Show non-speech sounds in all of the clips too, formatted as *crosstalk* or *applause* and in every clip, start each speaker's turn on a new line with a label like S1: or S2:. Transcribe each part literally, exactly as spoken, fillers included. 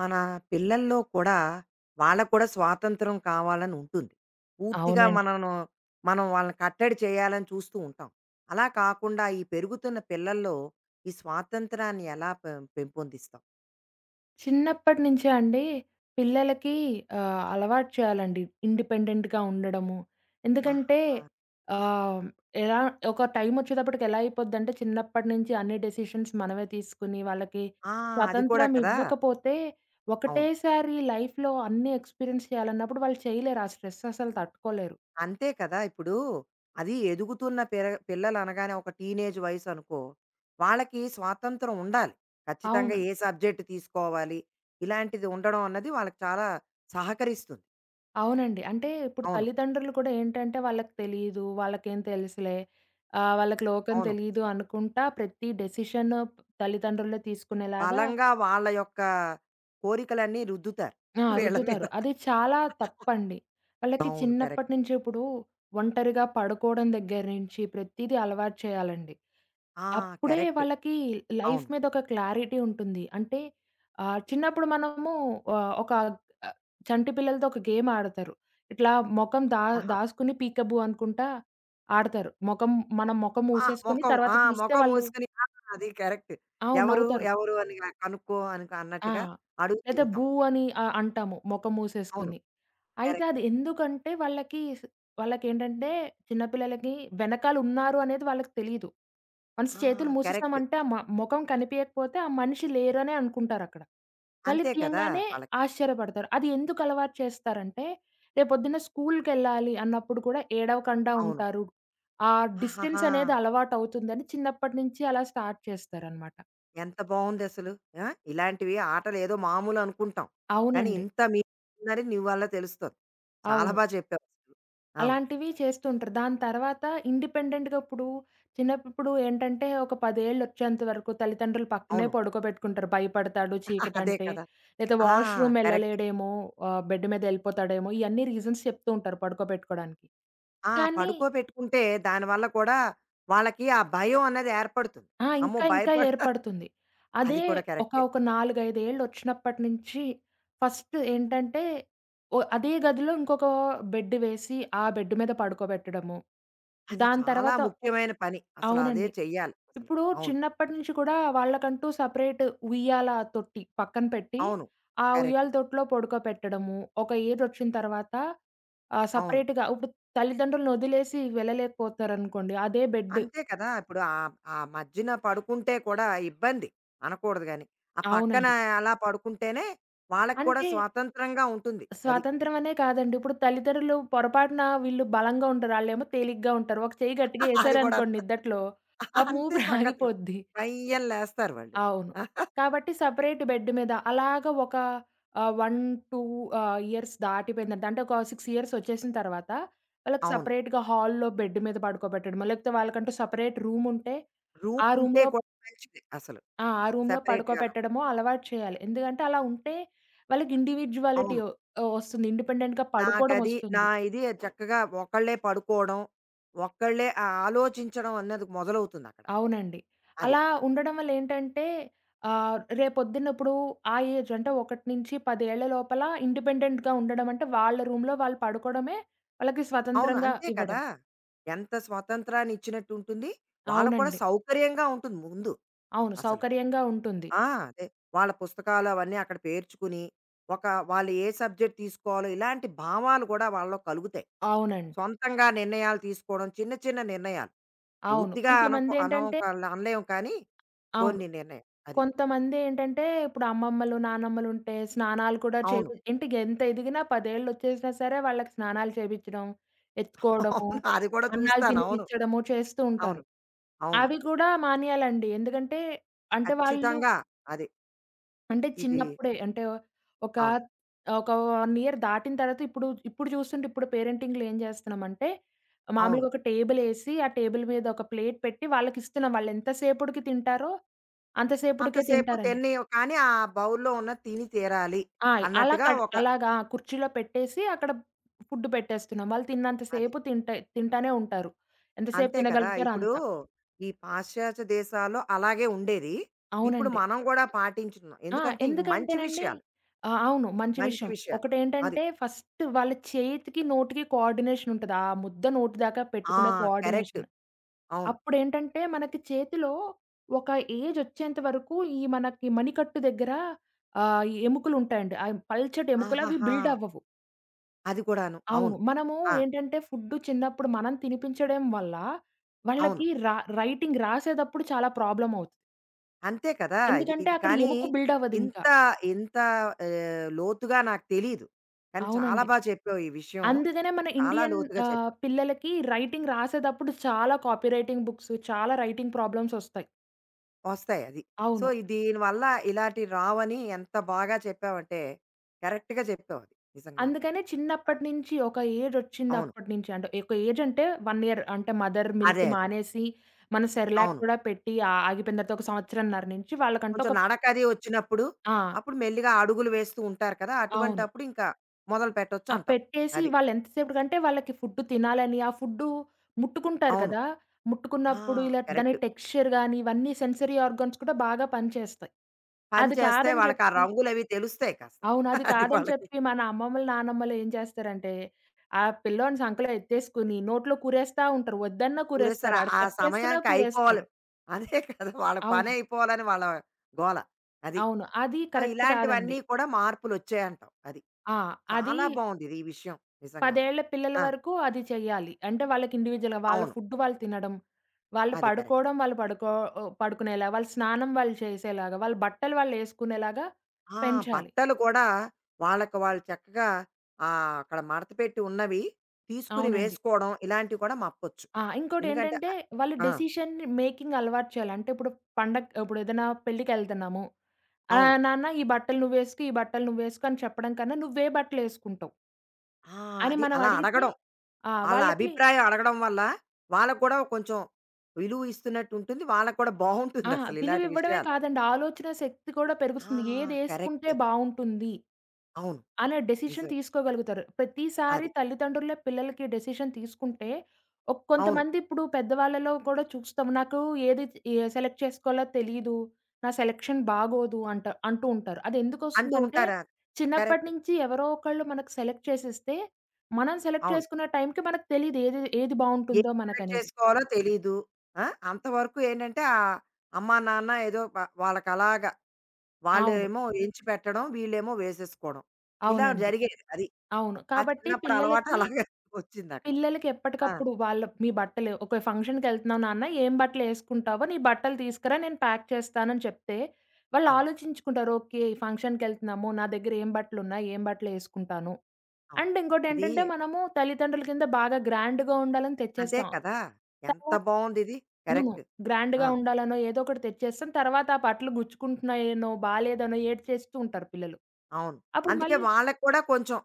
S1: మన పిల్లల్లో కూడా వాళ్ళకు కూడా స్వాతంత్రం కావాలని ఉంటుంది. పూర్తిగా
S2: అవునండి.
S1: మనను మనం వాళ్ళని కట్టడి చేయాలని చూస్తూ ఉంటాం. అలా కాకుండా ఈ పెరుగుతున్న పిల్లల్లో ఈ స్వాతంత్రాన్ని ఎలా పెం పెంపొందిస్తాం?
S2: చిన్నప్పటి నుంచే అండి పిల్లలకి ఆహ్, అలవాటు చేయాలండి ఇండిపెండెంట్‌గా ఉండడము. ఎందుకంటే
S1: ఆహాహా!
S2: ఆహ్, ఎలా ఒక టైమొచ్చేటప్పటికి ఎలా అయిపోద్దంటే చిన్నప్పటి నుంచి అన్ని డెసిషన్స్ మనమే తీసుకొని వాళ్ళకి
S1: ఆ! అది కూడా
S2: స్వతంత్రం
S1: కదా!
S2: ఇవ్వకపోతే
S1: అవును.
S2: ఒకటేసారి లైఫ్‌లో అన్నీ ఎక్స్‌పీరియన్స్ చేయాలన్నప్పుడు వాళ్ళు చేయలేరు. ఆ స్ట్రెస్ అసలు తట్టుకోలేరు.
S1: అంతే కదా! ఇప్పుడు అది ఎదుగుతున్న పిర పిల్లలనగానే ఒక టీనేజ్ వయసనుకో, వాళ్ళకి స్వాతంత్రం ఉండాలి. ఖచ్చితంగా ఏ
S2: అవునండి.
S1: సబ్జెక్ట్ తీసుకోవాలి, ఇలాంటిది ఉండడం అన్నది వాళ్ళకి చాలా సహకరిస్తుంది.
S2: అవునండి. అంటే ఇప్పుడు
S1: అవును.
S2: తల్లిదండ్రులు కూడా ఏంటంటే వాళ్ళకి తెలీదు, వాళ్ళకేం తెలుసులే, ఆహ్, వాళ్ళకి లోకం
S1: అవును.
S2: తెలీదు అనుకుంటా ప్రతి డెసిషన్ తల్లిదండ్రులే తీసుకునేలాగా
S1: బలంగా వాళ్ళ యొక్క కోరికలన్నీ రుద్దుతారు
S2: ఆ!
S1: వీళ్ళ మీద.
S2: రుద్దుతారు. అది చాలా తప్పండి. వాళ్ళకి
S1: అవును.
S2: చిన్నప్పటి
S1: కరెక్ట్.
S2: నుంచి ఇప్పుడు ఒంటరిగా పడుకోవడం దగ్గర నుంచి ప్రతీదీ అలవాటు చేయాలండి.
S1: ఆ!
S2: అప్పుడే
S1: కరెక్ట్.
S2: వాళ్ళకి లైఫ్
S1: అవును.
S2: మీద ఒక క్లారిటీ ఉంటుంది. అంటే ఆహ్, చిన్నప్పుడు మనము ఆహ్, ఒక చంటి పిల్లలతో ఒక గేమ్ ఆడతారు. ఇట్లా మొఖం దా
S1: ఆహా!
S2: దాసుకుని పీకబూ అనుకుంటా ఆడతారు. మొఖం మనం మొఖం
S1: ఆ!
S2: మూసేసుకొని
S1: మొఖం
S2: తర్వాత
S1: ఆ!
S2: తీస్తే
S1: మొఖం
S2: వాళ్ళు,
S1: మూసుకొని ఆ! అది కరెక్ట్.
S2: అవును,
S1: ఎవరు?
S2: నవ్వుతారు.
S1: ఎవరు? అని కనుక్కో అని
S2: ఆ!
S1: అన్నట్టుగా అడుగుతూ
S2: లేదా
S1: ఉంటాం.
S2: బూ అని ఆహ్, అంటాము మొఖం
S1: అవును.
S2: మూసేసుకొని. అయితే
S1: కరెక్ట్.
S2: అది ఎందుకంటే వాళ్ళకి స్ వాళ్ళకేంటంటే చిన్న పిల్లలకి వెనకాల ఉన్నారు అనేది వాళ్ళకి తెలీదు. వన్స్
S1: ఆ!
S2: చేతులు
S1: కరెక్ట్.
S2: మూసేసామంటే ఆ మ మొఖం కనిపియకపోతే ఆ మనిషి లేరనే అనుకుంటారక్కడ. మళ్ళీ
S1: అంతే కదా!
S2: తీయంగానే
S1: వాళ్ళకి.
S2: ఆశ్చర్యపడతారు. అది ఎందుకు అలవాటు చేస్తారంటే, రేపొద్దున్న స్కూల్‌కెళ్ళాలి అన్నప్పుడు కూడా ఏడవకండా
S1: అవును.
S2: ఉంటారు. ఆ
S1: ఆహాహా!
S2: డిస్టెన్స్ అనేది అలవాటవుతుందని చిన్నప్పటి నుంచి అలా స్టార్ట్ చేస్తారనమాట.
S1: ఎంత బావుందసలు. ఆ! ఇలాంటివి ఆటలేదో మామూలు అనుకుంటాం. కానీ
S2: అవునండి.
S1: ఇంత మీ ఉందని నీ వల్ల తెలుస్తోంది. చాలా
S2: అవును.
S1: బా చెప్పావసలు. అవును.
S2: అలాంటివి చేస్తుంటారు. దాని తర్వాత ఇండిపెండెంట్‌గా ఇప్పుడు చిన్నప్పుడు ఏంటంటే ఒక పది ఏళ్ళు వచ్చేంత వరకు తల్లిదండ్రులు పక్కనే
S1: అవును.
S2: పడుకోబెట్టుకుంటారు. భయపడతాడు
S1: అదే
S2: చీకటంటే,
S1: కదా!
S2: లేదా
S1: ఆ!
S2: Washroom
S1: correct.
S2: ఎళ్ళలేడేమో, ఆహ్, బెడ్ మీద ఎళ్ళిపోతాడేమో ఇయన్నీ రీజన్స్ చెప్తూ ఉంటారు పడుకోబెట్టుకోడానికి.
S1: ఆ!
S2: కానీ
S1: పడుకోబెట్టుకుంటే దానివల్ల కూడా వాళ్ళకి ఆ భయం అన్నది ఏర్పడుతుంది.
S2: ఆ!
S1: అమ్మో!
S2: ఇంకా ఇంకా
S1: భయపడ *laughs*
S2: ఏర్పడుతుంది.
S1: అది
S2: అదే
S1: కూడా
S2: ఒక
S1: కరెక్టే.
S2: ఒక నాలుగు, ఐదు ఏళ్ళు వచ్చినప్పటి నుంచి ఫస్ట్ ఏంటంటే ఓ అదే గదిలో ఇంకొక బెడ్ వేసి, ఆ బెడ్ మీద పడుకోబెట్టడము.
S1: అది
S2: దాని
S1: చాలా
S2: తర్వాత
S1: ముఖ్యమైన పని. అసలు అదే
S2: అవునండి.
S1: చెయ్యాలి అసలు.
S2: ఇప్పుడు
S1: అవును.
S2: చిన్నప్పటి నుంచి కూడా వాళ్ళకంటూ సెపరేట్ ఉయ్యాల తొట్టి పక్కన పెట్టి,
S1: అవును.
S2: ఆ
S1: కరెక్ట్.
S2: ఉయ్యాల తొట్టిలో పడుకోపెట్టడము. ఒక ఏజొచ్చిన తర్వాత ఆహ్,
S1: అవును.
S2: సెపరేట్‌గా ఇప్పుడు తల్లిదండ్రులనొదిలేసి వెళ్ళలేకపోతారనుకోండి. అదే బెడ్.
S1: అంతే కదా! ఇప్పుడు ఆహ్, ఆ మధ్యన పడుకుంటే కూడా ఇబ్బంది అనకూడదు గాని. ఆ పక్కన
S2: అవునండి.
S1: అలా పడుకుంటేనే వాళ్ళకి కూడా
S2: అంటే
S1: స్వతంత్రంగా ఉంటుంది. అది.
S2: స్వాతంత్రం అనే కాదండి. ఇప్పుడు తల్లిదండ్రులు పొరపాటున వీళ్ళు బలంగా ఉంటారు. ఆళ్ళేమో తేలిగ్గా ఉంటారు. ఒక చెయ్యి గట్టిగా
S1: *laughs* అది కూడా
S2: ఏశారనుకోండి నిద్దట్లో, పాపం
S1: అంతే సంగతులు.
S2: ఊపిరాగిపోద్ది.
S1: పయ్యం లేస్తారు వాళ్ళు.
S2: అవును.
S1: *laughs*
S2: కాబట్టి సెపరేట్ బెడ్ మీద అలాగా ఒక ఆహ్, ఒకటి, రెండు ఆహ్, ఇయర్స్ దాటిపోయిందంటే అంటే ఒక ఆరు ఇయర్స్ వచ్చేసిన తర్వాత వాళ్ళకి
S1: అవును.
S2: సెపరేట్‌గా హాల్‌లో బెడ్ మీద పడుకోబెట్టడమో, లేకపోతే వాళ్ళకంటూ సెపరేట్ రూమ్ ఉంటే
S1: రూమ్
S2: ఆ
S1: ఉంటే
S2: రూమ్‌లో
S1: కూడా మంచిది అసలు.
S2: ఆ! ఆ రూమ్‌లో
S1: సెపరేట్‌గాను.
S2: పడుకోబెట్టడమో అలవాటు చేయాలి. ఎందుకంటే అలా ఉంటే వాళ్ళకి ఇండివిడ్యువాలిటీ
S1: అవును.
S2: ఒ ఒస్తుంది. ఇండిపెండెంట్‌గా
S1: నా
S2: పడుకోవడం
S1: గది, నా
S2: ఒస్తుంది.
S1: ఇది చక్కగా ఒకళ్ళే పడుకోవడం, ఒక్కళ్ళే ఆ ఆలోచించడం అన్నది మొదలవుతుందక్కడ.
S2: అవునండి.
S1: అది.
S2: అలా ఉండడం వల్ల ఏంటంటే ఆహ్, రేపొద్దున్న ఇప్పుడు ఆ ఏజ్ అంటే ఒకటి నుంచి పది ఏళ్ల లోపల ఇండిపెండెంట్‌గా ఉండడం అంటే వాళ్ళ రూమ్‌లో వాళ్ళు పడుకోవడమే వాళ్ళకి
S1: అవును.
S2: స్వతంత్రంగా
S1: అంతే
S2: ఇవ్వడం.
S1: కదా! ఎంత స్వతంత్రాన్ని ఇచ్చినట్టు ఉంటుంది. వాళ్ళకి కూడా
S2: అవునండి.
S1: సౌకర్యంగా ఉంటుంది ముందు
S2: అవును.
S1: అసలు.
S2: సౌకర్యంగా ఉంటుంది.
S1: ఆ! అదే. వాళ్ళ పుస్తకాలు అవన్నీ అక్కడ పేర్చుకుని, ఒక వాళ్ళు ఏ సబ్జెక్ట్ తీసుకోవాలో ఇలాంటి భావాలు కూడా వాళ్ళలో కలుగుతాయి.
S2: అవునండి.
S1: సొంతంగా నిర్ణయాలు తీసుకోవడం, చిన్న చిన్న నిర్ణయాలు.
S2: అవును.
S1: పూర్తిగా అనకు అనవు
S2: కొంతమందేంటంటే,
S1: కల్ అనలేము కానీ,
S2: అవును,
S1: కొన్ని నిర్ణయం అది.
S2: కొంతమందేంటంటే, ఇప్పుడు అమ్మమ్మలు, నానమ్మలుంటే స్నానాలు కూడా
S1: అవును.
S2: చేపి ఇంటికి ఎంత ఎదిగినా పది ఏళ్ళొచ్చేసినా సరే వాళ్ళకి స్నానాలు చేపిచ్చడం,
S1: *laughs*
S2: ఎత్తుకోవడము,
S1: అవును. అది కూడా
S2: అన్నాలు
S1: చూస్తాను. అవును.
S2: తినిపిచ్చడము చేస్తూ
S1: అవును.
S2: ఉంటారు.
S1: అవును.
S2: అవి కూడా మానేయాలండి. ఎందుకంటే, అంటే వాళ్ళు,
S1: ఖచ్చితంగా అది.
S2: అంటే
S1: ఇది
S2: చిన్నప్పుడే అంటే ఒక
S1: అవును.
S2: ఒక 1 ఇయర్ దాటిన తర్వాత ఇప్పుడు ఇప్పుడు చూస్తుంటే ఇప్పుడు పేరెంటింగ్‌లో ఏం చేస్తున్నామంటే,
S1: అవును.
S2: మామూలుగా ఒక టేబులేసి, ఆ టేబుల్ మీద ఒక ప్లేట్ పెట్టి వాళ్ళకిస్తున్నాం. వాళ్ళెంత సేపటికి తింటారో అంత సేపటికే
S1: అంతసేపు
S2: తింటారని.
S1: తిని కానీ ఆ బౌల్‌లో ఉన్నది తిని తీరాలి
S2: ఆ! అలా
S1: అన్నట్టుగా
S2: కడ్
S1: ఒక
S2: అలాగా కుర్చీలో పెట్టేసి అక్కడ ఫుడ్ పెట్టేస్తున్నాం. వాళ్ళు తిన్నంత
S1: అది.
S2: సేపు తింటే తింటానే ఉంటారు. ఎంతసేపు
S1: అంతే కదా!
S2: తినగలుగుతారో
S1: ఇప్పుడు
S2: అంత.
S1: ఈ పాశ్చాత్య దేశాల్లో అలాగే ఉండేది. ఇప్పుడు
S2: అవునండి.
S1: మనం గూడా పాటించుతున్నాం.
S2: ఆ!
S1: ఎందుకంటే ఇవి మంచి
S2: ఎందుకంటేనండి
S1: విషయాలు.
S2: ఆ! అవును, మంచి
S1: మంచి
S2: విషయం.
S1: విషయాలు. అది.
S2: ఒకటేంటంటే ఫస్ట్ వాళ్ళ చేతికి, నోటికి కోఆర్డినేషన్ ఉంటది. ఆ ముద్ద నోటి దాకా
S1: ఆ!
S2: పెట్టుకునే
S1: కరెక్ట్.
S2: కోఆర్డినేషన్.
S1: అవును.
S2: అప్పుడేంటంటే మనకి చేతిలో ఒక ఏజొచ్చేంత వరకు ఈ మనకి మణికట్టు దగ్గర ఆహ్, ఎముకలుంటాయండి. ఆ పల్చటి ఎముకలు అవి
S1: ఆహాహా!
S2: బిల్డవ్వవు.
S1: అది కూడాను.
S2: అవును.
S1: అవును.
S2: మనము
S1: ఆ!
S2: ఏంటంటే ఫుడ్డు చిన్నప్పుడు మనం తినిపించడం వల్ల,
S1: అవును.
S2: వాళ్ళకి రా రైటింగ్ రాసేటప్పుడు చాలా ప్రాబ్లమ్ అవుతది.
S1: అంతే కదా! ఇది
S2: ఎందుకంటే
S1: ఇది
S2: అక్కడ
S1: కానీ
S2: ఎముక బిల్డ్ అవ్వదింకా.
S1: ఇంత ఇంత ఆహ్, లోతుగా నాకు తెలీదు. కానీ చాలా
S2: అవునండి.
S1: బా చెప్పావు ఈ విషయం.
S2: అందుకనే మన
S1: చాలా
S2: ఇండియన్
S1: లోతుగా
S2: ఆహ్,
S1: చెప్పావు.
S2: పిల్లలకి రైటింగ్ రాసేటప్పుడు చాలా కాపీ రైటింగ్ బుక్స్, చాలా రైటింగ్ ప్రాబ్లమ్స్ ఒస్తాయి.
S1: వస్తాయి అది. సో,
S2: అవును.
S1: దీనివల్ల ఇలాంటివి రావని ఎంత బాగా చెప్పావంటే కరెక్ట్‌గా చెప్పావు అది నిజంగాను.
S2: అందుకనే
S1: ఆ!
S2: చిన్నప్పటి నుంచి ఒక
S1: అవును.
S2: ఏజొచ్చిందప్పటి నుంచి అంటే ఒక ఏజ్ అంటే ఒక ఇయర్ అంటే మదర్ మిల్క్
S1: అదే అదే.
S2: మానేసి, మనం సెర్లాక్
S1: అవును.
S2: కూడా పెట్టి ఆ- ఆగిపోయిన తర్వాత ఒక సంవత్సరన్నర నుంచి వాళ్ళకంటూ
S1: కొంచెం
S2: ఒక
S1: నడకది వచ్చినప్పుడు
S2: ఆ!
S1: అప్పుడు మెల్లిగా అడుగులు వేస్తూ ఉంటారు కదా!
S2: అవును.
S1: అటువంటప్పుడు ఇంకా మొదలుపెట్టొచ్చు
S2: ఆ!
S1: అంటావు.
S2: పెట్టేసి
S1: అది.
S2: వాళ్ళెంతసేపటికంటే వాళ్ళకి ఫుడ్ తినాలని, ఆ ఫుడ్డు ముట్టుకుంటారు
S1: అవును.
S2: కదా!
S1: ఆ!
S2: ముట్టుకున్నప్పుడు ఇలా దాని
S1: కరెక్ట్.
S2: టెక్స్చర్ గాని, ఇవన్నీ సెన్సరీ ఆర్గాన్స్ కూడా బాగా పనిచేస్తాయి.
S1: పని
S2: అది
S1: చేస్తే
S2: కాదని
S1: వాళ్ళకి ఆ
S2: చెప్పి,
S1: రంగులవి తెలుస్తాయి కాస్త.
S2: అవును, అది
S1: అది
S2: కాదని
S1: వాళ్ళకి
S2: చెప్పి మన అమ్మమ్మలు, నానమ్మలు ఏం చేస్తారంటే, ఆ పిల్లోడిని సంకలో ఎత్తేసుకొని నోట్లో కూరేస్తా ఉంటారు. వద్దన్నా
S1: పురేసర
S2: కూరేస్తారు. ఆడు
S1: ఆ
S2: కట్ చేస్తున్నా
S1: సమయానికి అయిపోవాలి.
S2: కూరేస్తారు.
S1: అదే కదా! వాళ్ళ పని
S2: అవును.
S1: అయిపోవాలని వాళ్ళ గోల. అది.
S2: అవును. అది
S1: సో,
S2: కరెక్ట్ కాదండి.
S1: ఇలాంటివన్నీ కూడా మార్పులొచ్చాయంటావు. అది.
S2: ఆ! అది
S1: చాలా బావుందిది ఈ విషయం
S2: పది
S1: నిజంగాను.
S2: ఏళ్ల పిల్లల
S1: ఆ!
S2: వరకు అది చెయ్యాలి. అంటే వాళ్ళకి ఇండివిడ్యుయల్‌గా వాళ్ళ
S1: అవును.
S2: ఫుడ్ వాళ్ళు తినడం, వాళ్ళు
S1: అది కరెక్ట్.
S2: పడుకోవడం, వాళ్ళు పడుకో ఆహ్, పడుకునేలా, వాళ్ళ స్నానం వాళ్ళు చేసేలాగా, వాళ్ళ బట్టలు వాళ్ళు యేసుకునేలాగా
S1: ఆ!
S2: పెంచాలి.
S1: బట్టలు కూడా వాళ్ళకి వాళ్ళు చక్కగా ఆహ్, అక్కడ మడత పెట్టి ఉన్నవి తీసుకుని
S2: అవునండి.
S1: వేసుకోవడం ఇలాంటివి కూడా మప్పొచ్చు.
S2: ఆ!
S1: ఎందుకంటే
S2: ఇంకోటేంటంటే
S1: అ
S2: వాళ్ళు
S1: ఆ!
S2: డెసిషన్ మేకింగ్ అలవాటు చేయాలి. అంటే ఇప్పుడు పండగ ఇప్పుడేదైనా పెళ్ళికెళ్తున్నాము.
S1: అవును.
S2: ఆహ్, నాన్న ఈ బట్టలు నువ్వేసుకో, ఈ బట్టలు నువ్వేసుకో అని చెప్పడం కన్నా, నువ్వే బట్టలేసుకుంటావు
S1: ఆ!
S2: అని
S1: అది
S2: మనం
S1: అలా
S2: అడిగితే
S1: అడగడం.
S2: ఆ!
S1: ఆళ్ళ
S2: వాళ్ళకి
S1: అభిప్రాయం అడగడం వల్ల వాళ్ళకి కూడా కొంచెం విలువ ఇస్తున్నట్టు ఉంటుంది. వాళ్ళకి కూడా
S2: ఆ!
S1: బావుంటుందసలు ఇలాంటి
S2: విలువివ్వడమే
S1: విషయాలు.
S2: కాదండి. ఆలోచన శక్తి కూడా
S1: ఆ!
S2: పెరుగుతుంది. ఏదేసుకుంటే
S1: కరెక్ట్.
S2: బావుంటుంది
S1: అవును.
S2: అనే డెసిషన్
S1: నిజమే.
S2: తీసుకోగలుగుతారు. ప్రతిసారి
S1: అది.
S2: తల్లిదండ్రులే పిల్లలకి డెసిషన్ తీసుకుంటే, ఒక్
S1: అవును.
S2: కొంతమంది ఇప్పుడు పెద్దవాళ్ళలో కూడా చూస్తాం. నాకు ఏది ఏ సెలెక్ట్ చేసుకోవాలో తెలీదు. నా సెలక్షన్ బాగోదు అంట అంటూ ఉంటారు.
S1: అంటూ
S2: అదెందుకొస్తుందంటే,
S1: ఉంటారా?
S2: చిన్నప్పటి
S1: కరెక్ట్.
S2: నుంచి ఎవరో ఒకళ్ళు మనకు సెలెక్ట్ చేసిస్తే, మనం సెలెక్ట్
S1: అవును.
S2: చేసుకునే టైంకి మనకు తెలీదు ఏది ఏది
S1: ఏది
S2: బావుంటుందో
S1: సెలెక్ట్
S2: మనకనేది.
S1: చేసుకోవాలో తెలీదు. ఆ! అంతవరకు ఏంటంటే ఆహ్, అమ్మా, నాన్న ఏదో ప వాళ్ళకలాగా
S2: అవును.
S1: వాళ్ళేమో ఎంచి పెట్టడం, వీళ్ళేమో వేసేసుకోవడం. ఇలా
S2: అవునండి.
S1: జరిగేది అది.
S2: అవును.
S1: ఆ
S2: కాబట్టి
S1: చిన్నప్పుడు అలవాటు
S2: పిల్లలకి
S1: అలాగే *laughs* వచ్చిందక్కడ.
S2: పిల్లలకి
S1: ఆ!
S2: ఎప్పటికప్పుడు వాళ్ళ మీ బట్టలు ఒక ఫంక్షన్‌కెళ్తున్నావు నాన్న ఏం బట్టలేసుకుంటావో నీ బట్టలు తీసుకురా నేను ప్యాక్ చేస్తానని చెప్తే, వాళ్ళు
S1: అవును.
S2: ఆలోచించుకుంటారు. ఓకే. ఈ ఫంక్షన్‌కెళ్తున్నాము. నా దగ్గర ఏం బట్టలున్నాయి? ఏం బట్టలేసుకుంటాను?
S1: అవును.
S2: అండ్
S1: ఇది
S2: ఇంకోటేంటంటే మనము తల్లిదండ్రుల కింద బాగా గ్రాండ్‌గా ఉండాలని
S1: అదే
S2: తెచ్చేస్తాం.
S1: కదా! ఎంత
S2: తర్వాత,
S1: బావుందిది.
S2: అవును,
S1: కరెక్ట్. ఆ!
S2: గ్రాండ్‌గా ఉండాలనో ఏదో ఒకటి తెచ్చేస్తాం. తర్వాత ఆ బట్టలు గుచ్చుకుంటున్నాయేనో, బాలేదనో ఏడ్చేస్తూ ఉంటారు పిల్లలు.
S1: అవును.
S2: అప్పుడు
S1: అందుకే
S2: మళ్ళీ,
S1: వాళ్ళకి కూడా కొంచెం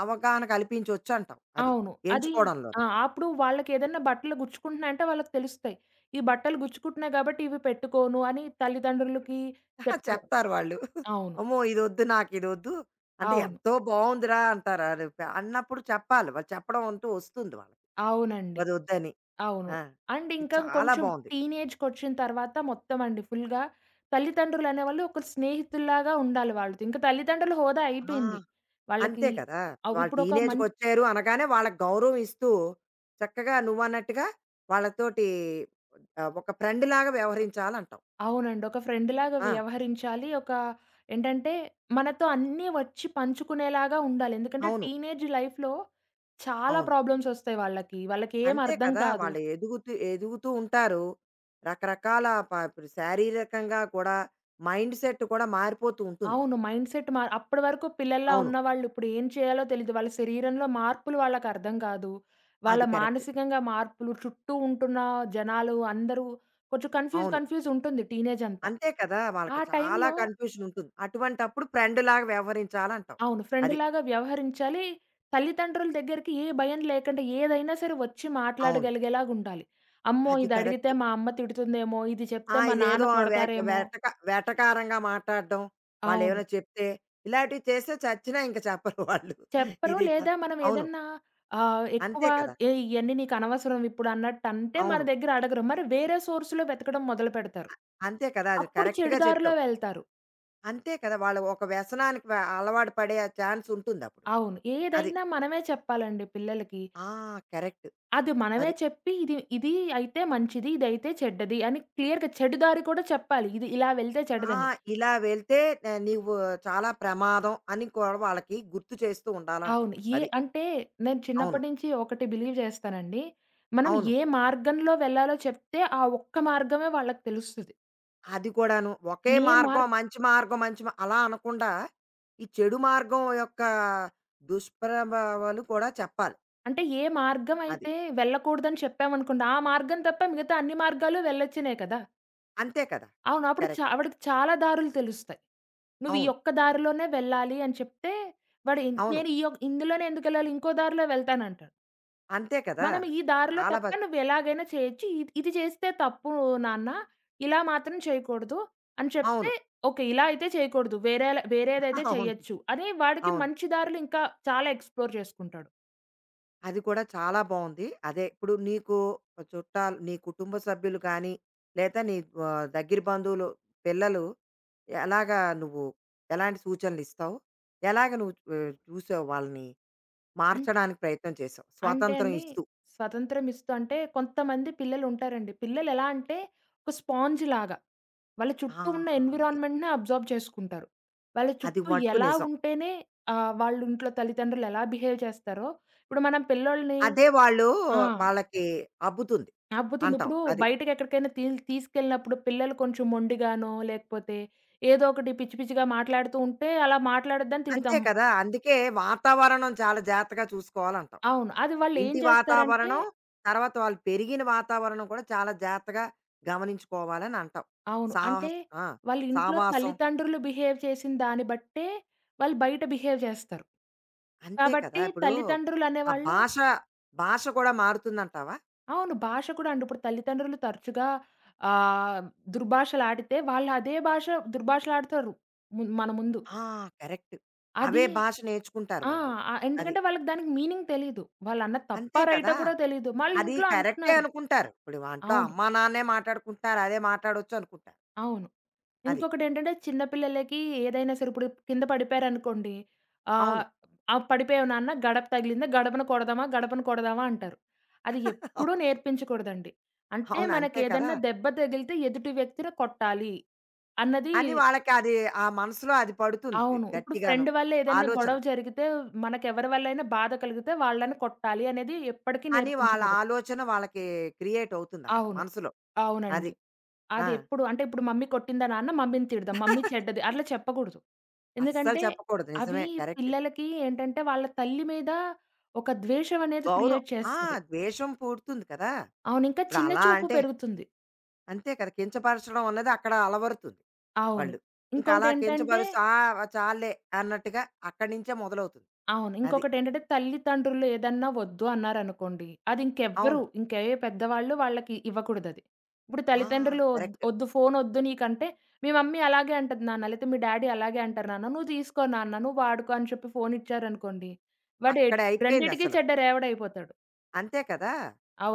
S1: అవగాహన కల్పించొచ్చంటావు. అది.
S2: అవును, అది
S1: ఎంచుకోవడంలో.
S2: ఆ! అప్పుడు వాళ్ళకేదన్నా బట్టలు గుచ్చుకుంటున్నాయంటే వాళ్ళకి తెలుస్తాయి. ఈ బట్టలు గుచ్చుకుంటున్నాయి కాబట్టి ఇవి పెట్టుకోను అని తల్లిదండ్రులకి
S1: *laughs*
S2: చెప్తారు.
S1: చెప్తారు వాళ్ళు.
S2: అవును.
S1: అమ్మో! ఇదొద్దు నాకిదొద్దు. అంటే
S2: అవును.
S1: ఎంతో బావుందిరా అంటారు. అది ప- అన్నప్పుడు చెప్పాలి. వాళ్ళు చెప్పడం అంటూ వస్తుంది వాళ్ళకి.
S2: అవునండి.
S1: అదొద్దని.
S2: అవును.
S1: ఆ!
S2: అండ్
S1: ఇది
S2: ఇంకా
S1: చాలా
S2: కొంచెం
S1: బావుంది.
S2: టీనేజ్‌కొచ్చిన తర్వాత మొత్తం అండి ఫుల్‌గా తల్లిదండ్రులనేవాళ్ళు ఒక స్నేహితుల్లాగా ఉండాలి వాళ్ళతో. ఇంకా తల్లిదండ్రుల హోదా
S1: ఆ!
S2: అయిపోయింది. వాళ్ళకి
S1: అంతే కదా!
S2: అవి
S1: వాళ్ళు
S2: ఇప్పుడొక మం
S1: టీనేజ్‌కొచ్చారు అనగానే వాళ్ళకి గౌరవం ఇస్తూ చక్కగా నువ్వన్నట్టుగా వాళ్ళతోటి ఆహ్, ఒక ఫ్రెండ్‌లాగా వ్యవహరించాలంటావు.
S2: అవునండి. ఒక ఫ్రెండ్‌లాగా
S1: ఆ!
S2: వ్యవహరించాలి. ఒక ఏంటంటే, మనతో అన్నీ వచ్చి పంచుకునేలాగా ఉండాలి. ఎందుకంటే,
S1: అవును.
S2: టీనేజ్ లైఫ్‌లో చాలా
S1: అవును.
S2: ప్రాబ్లమ్స్ ఒస్తాయి వాళ్ళకి. వాళ్ళకేం
S1: అంతే
S2: అర్థం
S1: కదా!
S2: కాదు.
S1: వాళ్ళు ఎదుగుతూ ఎదుగుతూ ఉంటారు. రకరకాల ప ఇప్పుడు శారీరకంగా కూడా మైండ్ సెట్ కూడా మారిపోతూ ఉంటుంది
S2: అవును.
S1: వాళ్ళకి.
S2: మైండ్‌సెట్ మా అప్పటి వరకు పిల్లల్లా
S1: అవును.
S2: ఉన్నవాళ్ళు ఇప్పుడు ఏం చేయాలో తెలీదు. వాళ్ళ శరీరంలో మార్పులు వాళ్ళకర్థం కాదు. వాళ్ళ
S1: అది కరెక్ట్.
S2: మానసికంగా మార్పులు, చుట్టూ ఉంటున్న జనాలు అందరూ కొంచెం కన్‌ఫ్యూజ్,
S1: అవును.
S2: కన్‌ఫ్యూజ్ ఉంటుంది టీనేజ్ అంతా.
S1: అంతే కదా!
S2: ఆ
S1: వాళ్ళకి చాలా
S2: టైంలో,
S1: కన్‌ఫ్యూషన్ ఉంటుంది. అటువంటప్పుడు ఫ్రెండ్‌లాగా వ్యవహరించాలంటావు.
S2: అవును,
S1: అది.
S2: ఫ్రెండ్‌లాగా వ్యవహరించాలి. తల్లిదండ్రుల దగ్గరికి ఏ భయం లేకుండా ఏదైనా సరే వచ్చి
S1: అవును.
S2: మాట్లాడగలిగేలాగుండాలి. అమ్మో!
S1: అది
S2: ఇది అడిగితే
S1: కరెక్ట్.
S2: మా అమ్మ తిడుతుందేమో, ఇది
S1: ఆ!
S2: చెప్తే మా నాన్న
S1: ఇదేదో వె
S2: కొడతారేమో.
S1: వెటక వెటకారంగా మాట్లాడడం,
S2: అవును.
S1: వాళ్ళేమైనా చెప్తే ఇలాంటివి చేస్తే చచ్చినా ఇంక చెప్పరు వాళ్ళు.
S2: చెప్పరు
S1: ఇది చ
S2: లేదా మనం
S1: అవును.
S2: ఏదన్నా ఆహ్, ఎక్కువ
S1: అంతే కదా!
S2: "ఏయ్! ఇయన్నీ నీకు అనవసరం ఇప్పుడు" అన్నట్టంటే మన
S1: అవును.
S2: దగ్గర అడగరు. మరి వేరే సోర్స్‌లో వెతకడం మొదలుపెడతారు.
S1: అంతే కదా! అది
S2: అప్పుడు చెడు
S1: కరెక్ట్‌గా
S2: దారిలో
S1: చెప్పావు.
S2: వెళ్తారు.
S1: అంతే కదా! వాళ్ళు ఒక వ్యసనానికి వ అలవాటు పడే ఛాన్స్ ఉంటుందప్పుడు.
S2: అవును.
S1: అది.
S2: ఏదైనా మనమే చెప్పాలండి పిల్లలకి.
S1: ఆ! కరెక్ట్.
S2: అది మనమే
S1: అది.
S2: చెప్పి ఇది ఇది అయితే మంచిది. ఇదైతే చెడ్డది అని క్లియర్‌గా చెడు దారి కూడా చెప్పాలి. ఇది ఇలా వెళ్తే
S1: ఆ!
S2: చెడదని.
S1: ఇలా వెళ్తే నే నీవు చాలా ప్రమాదం అని కూడా వాళ్ళకి గుర్తు చేస్తూ ఉండాలంటావు.
S2: అవును. ఏ
S1: అది.
S2: అంటే నేను
S1: అవును.
S2: చిన్నప్పటి నుంచి ఒకటి బిలీవ్ చేస్తానండి. మనం
S1: అవును.
S2: ఏ మార్గంలో వెళ్ళాలో చెప్తే ఆ ఒక్క మార్గమే వాళ్ళకి తెలుస్తది.
S1: అది కూడాను. ఒకే
S2: ఏ
S1: మార్గం
S2: మార్గ్
S1: మంచి మార్గం మంచి మా అలా అనకుండా, ఈ చెడు మార్గం యొక్క దుష్ప్రభావాలు కూడా చెప్పాలి.
S2: అంటే ఏ మార్గం
S1: అది.
S2: అయితే వెళ్ళకూడదని చెప్పామనుకోండి, ఆ మార్గం తప్ప మిగతా అన్ని మార్గాలు వెళ్ళొచ్చినే కదా!
S1: అంతే కదా!
S2: అవును. అప్పుడు చ
S1: కరెక్ట్.
S2: ఆవిడకి చాలా దారులు తెలుస్తాయి. నువ్వు ఈ
S1: అవును.
S2: ఒక్క దారిలోనే వెళ్ళాలి అని చెప్తే, వాడు ఇన్
S1: అవును.
S2: నేను ఈ యొక్ ఇందులోనే ఎందుకెళ్ళాలి? ఇంకో దారిలో వెళ్తానంటాడు.
S1: అంతే కదా!
S2: మనం ఈ దారిలో
S1: చాలా బా
S2: తప్ప నువ్వు ఎలాగైనా చేయొచ్చు. ఇది ఇది చేస్తే తప్పు నాన్న. ఇలా మాత్రం చేయకూడదు అని
S1: అవును.
S2: చెప్తే, ఓకే. ఇలా అయితే చేయకూడదు. వేరేల వేరేదైతే
S1: *laughs* అవును.
S2: చేయొచ్చు అని వాడికి
S1: అవును.
S2: మంచి దారులు ఇంకా చాలా ఎక్స్‌ప్లోర్ చేసుకుంటాడు.
S1: అది కూడా చాలా బావుంది. అదే ఇప్పుడు నీకు చుట్టాలు, నీ కుటుంబ సభ్యులు కానీ, లేదా నీ ఆహ్, దగ్గర బంధువులు పిల్లలు ఎలాగా నువ్వు ఎలాంటి సూచనలిస్తావు? ఎలాగ నువ్వు ఆహ్, చూసావు వాళ్ళని
S2: అన్
S1: మార్చడానికి ప్రయత్నం చేసావు?
S2: అంటే
S1: స్వాతంత్రం
S2: అండి
S1: ఇస్తూ.
S2: స్వతంత్రం ఇస్తూ అంటే కొంతమంది పిల్లలుంటారండి. పిల్లలెలా అంటే ఒక స్పాంజ్ లాగా. వాళ్ళ
S1: ఆ!
S2: చుట్టూ ఉన్న
S1: అది.
S2: ఎన్విరాన్మెంట్‌నే అబ్జార్బ్ చేసుకుంటారు. వాళ్ళ
S1: అది
S2: చుట్టూ
S1: మటుకు
S2: ఎలా
S1: నిజం.
S2: ఉంటేనే ఆహ్, వాళ్ళ ఇంట్లో తల్లిదండ్రులు ఎలా బిహేవ్ చేస్తారో, ఇప్పుడు మనం పిల్లోల్ని
S1: అదే వాళ్ళు
S2: ఆ!
S1: వాళ్ళకి అబ్బుతుంది
S2: అబ్బుతుంది.
S1: అంటావు.
S2: ఇప్పుడు
S1: అది.
S2: బయటకెక్కడికైనా తీ తీసుకెళ్ళినప్పుడు పిల్లలు కొంచెం మొండిగానో, లేకపోతే ఏదో ఒకటి పిచ్చి పిచ్చిగా మాట్లాడుతూ ఉంటే, అలా మాట్లాడొద్దని
S1: అంతే
S2: తిడతాం.
S1: కదా! అందుకే వాతావరణం చాలా జాగ్రత్తగా చూసుకోవాలంటావు.
S2: అవును. అది వాళ్ళేం
S1: ఇంటి
S2: చేస్తారంటే,
S1: వాతావరణం, తర్వాత వాళ్ళు పెరిగిన వాతావరణం కూడా చాలా జాగ్రత్తగా గమనించుకోవాలని అంటావు.
S2: అవును, అంటే
S1: సాహస్ ఆ!
S2: వాళ్ళ ఇంట్లో
S1: సావాసం
S2: తల్లిదండ్రులు బిహేవ్ చేసిన దాన్ని బట్టే, వాళ్ళు బయట బిహేవ్ చేస్తారు.
S1: అంతే కదా!
S2: కాబట్టి
S1: ఇప్పుడు ఆ
S2: తల్లిదండ్రులనేవాళ్ళు,
S1: భాష, భాష కూడా మారుతుందంటావా?
S2: అవును, భాష కూడా అండి. ఇప్పుడు తల్లిదండ్రులు తరచుగా ఆహ్, దుర్భాషలాడితే వాళ్ళు అదే భాష దుర్భాషలాడతారు. ము మన ముందు.
S1: ఆ! కరెక్ట్.
S2: అది
S1: అవే భాష నేర్చుకుంటారు
S2: ఆ!
S1: వాళ్ళు.
S2: ఆహ్,
S1: అది.
S2: ఎందుకంటే వాళ్ళకి దానికి మీనింగ్ తెలీదు. వాళ్ళన్నది
S1: అంతే
S2: తప్పా,
S1: కదా!
S2: రైటా కూడా తెలీదు. మళ్ళీ
S1: అది
S2: ఇంట్లో
S1: కరెక్టే
S2: అంటున్నారు.
S1: అనుకుంటారు. ఇప్పుడు వంట్లో
S2: అవును.
S1: అమ్మా, నాన్నే మాట్లాడుకుంటున్నారు. అదే మాట్లాడొచ్చు అనుకుంటారు.
S2: అవును.
S1: అది.
S2: ఇంకొకటేంటంటే, చిన్న పిల్లలకి ఏదైనా సరే ఇప్పుడు కింద పడిపోయారనుకోండి, ఆహ్,
S1: అవును.
S2: "ఆ! ఆ పడిపోయావు నాన్న, గడప తగిలిందా, గడపను కొడదామా, గడపను కొడదామా" అంటారు. అది ఎప్పుడూ
S1: *laughs*
S2: నేర్పించకూడదండి. అంటే
S1: అవును. అంతే కదా!
S2: మనకేదన్నా దెబ్బ తగిలితే ఎదుటి వ్యక్తిని కొట్టాలి అన్నది.
S1: అని వాళ్ళకి అది ఆ మనసులో అది పడుతుంది
S2: అవును. ఇప్పుడు
S1: గట్టిగాను
S2: ఫ్రెండ్ వల్ల ఏదైనా
S1: ఆలోచన.
S2: గొడవ జరిగితే, మనకెవరి వల్లైనా బాధ కలిగితే వాళ్ళని కొట్టాలి అనేది ఎప్పటికీ
S1: అని వాళ్ళ
S2: నేర్పించకూడదు.
S1: ఆలోచన వాళ్ళకి క్రియేట్ అవుతుంది అక్కడ
S2: అవును.
S1: మనసులో.
S2: అవునండి.
S1: అది. ఆ!
S2: అది ఎప్పుడు అంటే ఇప్పుడు మమ్మీ కొట్టిందా నాన్న మమ్మీని తిడదాం. మమ్మీ చెడ్డది అట్లా చెప్పకూడదు.
S1: అస్సలు
S2: ఎందుకంటే
S1: చెప్పకూడదు.
S2: అవి
S1: నిజమే. కరెక్ట్.
S2: పిల్లలకి ఏంటంటే వాళ్ళ తల్లి మీద ఒక ద్వేషం అనేది
S1: గౌరవం
S2: క్రియేట్
S1: ఆ!
S2: చేస్తది.
S1: ద్వేషం పుడుతుంది కదా!
S2: అవును. ఇంకా
S1: ఇప్పుడు
S2: చిన్న
S1: అలా
S2: చూపు
S1: అంటే
S2: పెరుగుతుంది.
S1: అంతే కదా! కించపరచడం అన్నది అక్కడ అలవరుతుంది
S2: అవును.
S1: వాళ్ళు. ఇంకా అలా
S2: ఇంకొకటేంటంటే,
S1: కించపరుస్తూ ఆ! చాల్లే అన్నట్టుగా అక్కడి నుంచే మొదలవుతుంది.
S2: అవును,
S1: అది.
S2: ఇంకొకటేంటంటే తల్లితండ్రులు ఏదన్నా వద్దు అన్నారనుకోండి, అది ఇంకెవ్వరు
S1: అవును.
S2: ఇంకే పెద్దవాళ్ళు వాళ్ళకి ఇవ్వకూడదది. ఇప్పుడు
S1: ఆ!
S2: తల్లితండ్రులు ఒద్
S1: కరెక్ట్.
S2: "ఒద్దు ఫోనొద్దు నీకంటే" మీ మమ్మీ అలాగే అంటది నాన్న, లేతే మీ డ్యాడీ అలాగే అంటారు నాన్న. "నువ్వు తీసుకో నాన్న, నువ్వు వాడుకో" అని చెప్పి ఫోనిచ్చారనుకోండి, వాడు ఎట్
S1: అక్కడే
S2: రెండిటికి
S1: అయిపోయిందసలు.
S2: చెడ్డ రేవడయిపోతాడు.
S1: అంతే కదా!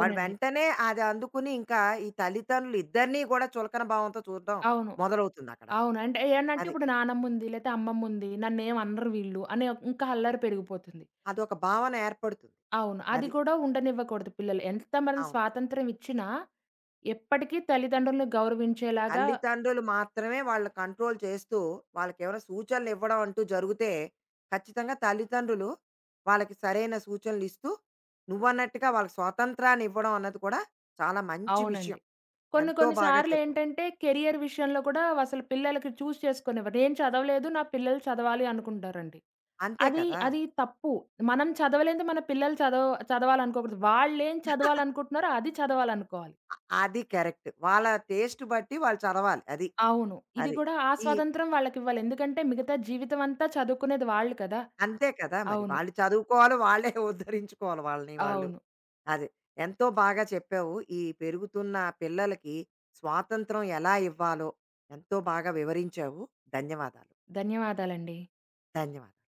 S1: వాడు వెంటనే అది అందుకుని ఇంకా ఈ తల్లిదండ్రులు ఇద్దరిని కూడా చులకన భావంతో చూడడం
S2: అవును.
S1: మొదలవుతుందక్కడ.
S2: అవును. అంటే ఏనంటే
S1: అది.
S2: ఇప్పుడు నానమ్ముంది, లేతే అమ్మమ్ముంది, నన్నేమనరు వీళ్ళు అనే ఇంకా అల్లరి పెరిగిపోతుంది.
S1: అదొక భావన ఏర్పడుతుంది.
S2: అవును. అది
S1: అది.
S2: కూడా ఉండనివ్వకూడదు పిల్లలు. ఎంత మనం
S1: అవును.
S2: స్వాతంత్రం ఇచ్చినా ఎప్పటికీ తల్లిదండ్రులను గౌరవించేలాగా.
S1: తల్లిదండ్రులు మాత్రమే వాళ్ళ కంట్రోల్ చేస్తూ, వాళ్ళకేమైనా సూచనలివ్వడం అంటూ జరిగితే, ఖచ్చితంగా తల్లిదండ్రులు వాళ్ళకి సరైన సూచనలిస్తూ, నువ్వన్నట్టుగా వాళ్ళకి స్వాతంత్రాన్నివ్వడం అన్నది కూడా చాలా మంచి
S2: అవునండి.
S1: విషయం.
S2: కొన్ని
S1: ఎంతో
S2: కొన్ని
S1: బాగా చెప్పావు.
S2: సార్లేంటంటే కెరియర్ విషయంలో కూడా అసలు పిల్లలకి చూజ్ చేసుకొనివ్వరు. నేను చదవలేదు నా పిల్లలు చదవాలి అనుకుంటారండి.
S1: అంతే
S2: అది
S1: కదా!
S2: అది తప్పు. మనం చదవలేనిది మన పిల్లలు చదవ చదవాలనుకోకూడదు. వాళ్ళేం చదవాలనుకుంటున్నారో అది చదవాలనుకోవాలి.
S1: అది కరెక్ట్. వాళ్ళ టేస్ట్ బట్టి వాళ్ళు చదవాలి. అది.
S2: అవును. ఇది
S1: అది.
S2: కూడా ఆ
S1: ఈ
S2: స్వాతంత్రం వాళ్ళకివ్వాలి. ఎందుకంటే మిగతా జీవితం అంతా చదువుకునేది వాళ్ళు కదా!
S1: అంతే కదా మరి.
S2: అవును.
S1: వాళ్ళు చదువుకోవాలి, వాళ్ళే ఉద్ధరించుకోవాలి వాళ్ళని వాళ్ళు.
S2: అవును.
S1: అది. ఎంతో బాగా చెప్పావు. ఈ పెరుగుతున్న పిల్లలకి స్వాతంత్రం ఎలా ఇవ్వాలో ఎంతో బాగా వివరించావు. ధన్యవాదాలు.
S2: ధన్యవాదాలండి.
S1: ధన్యవాదాలు.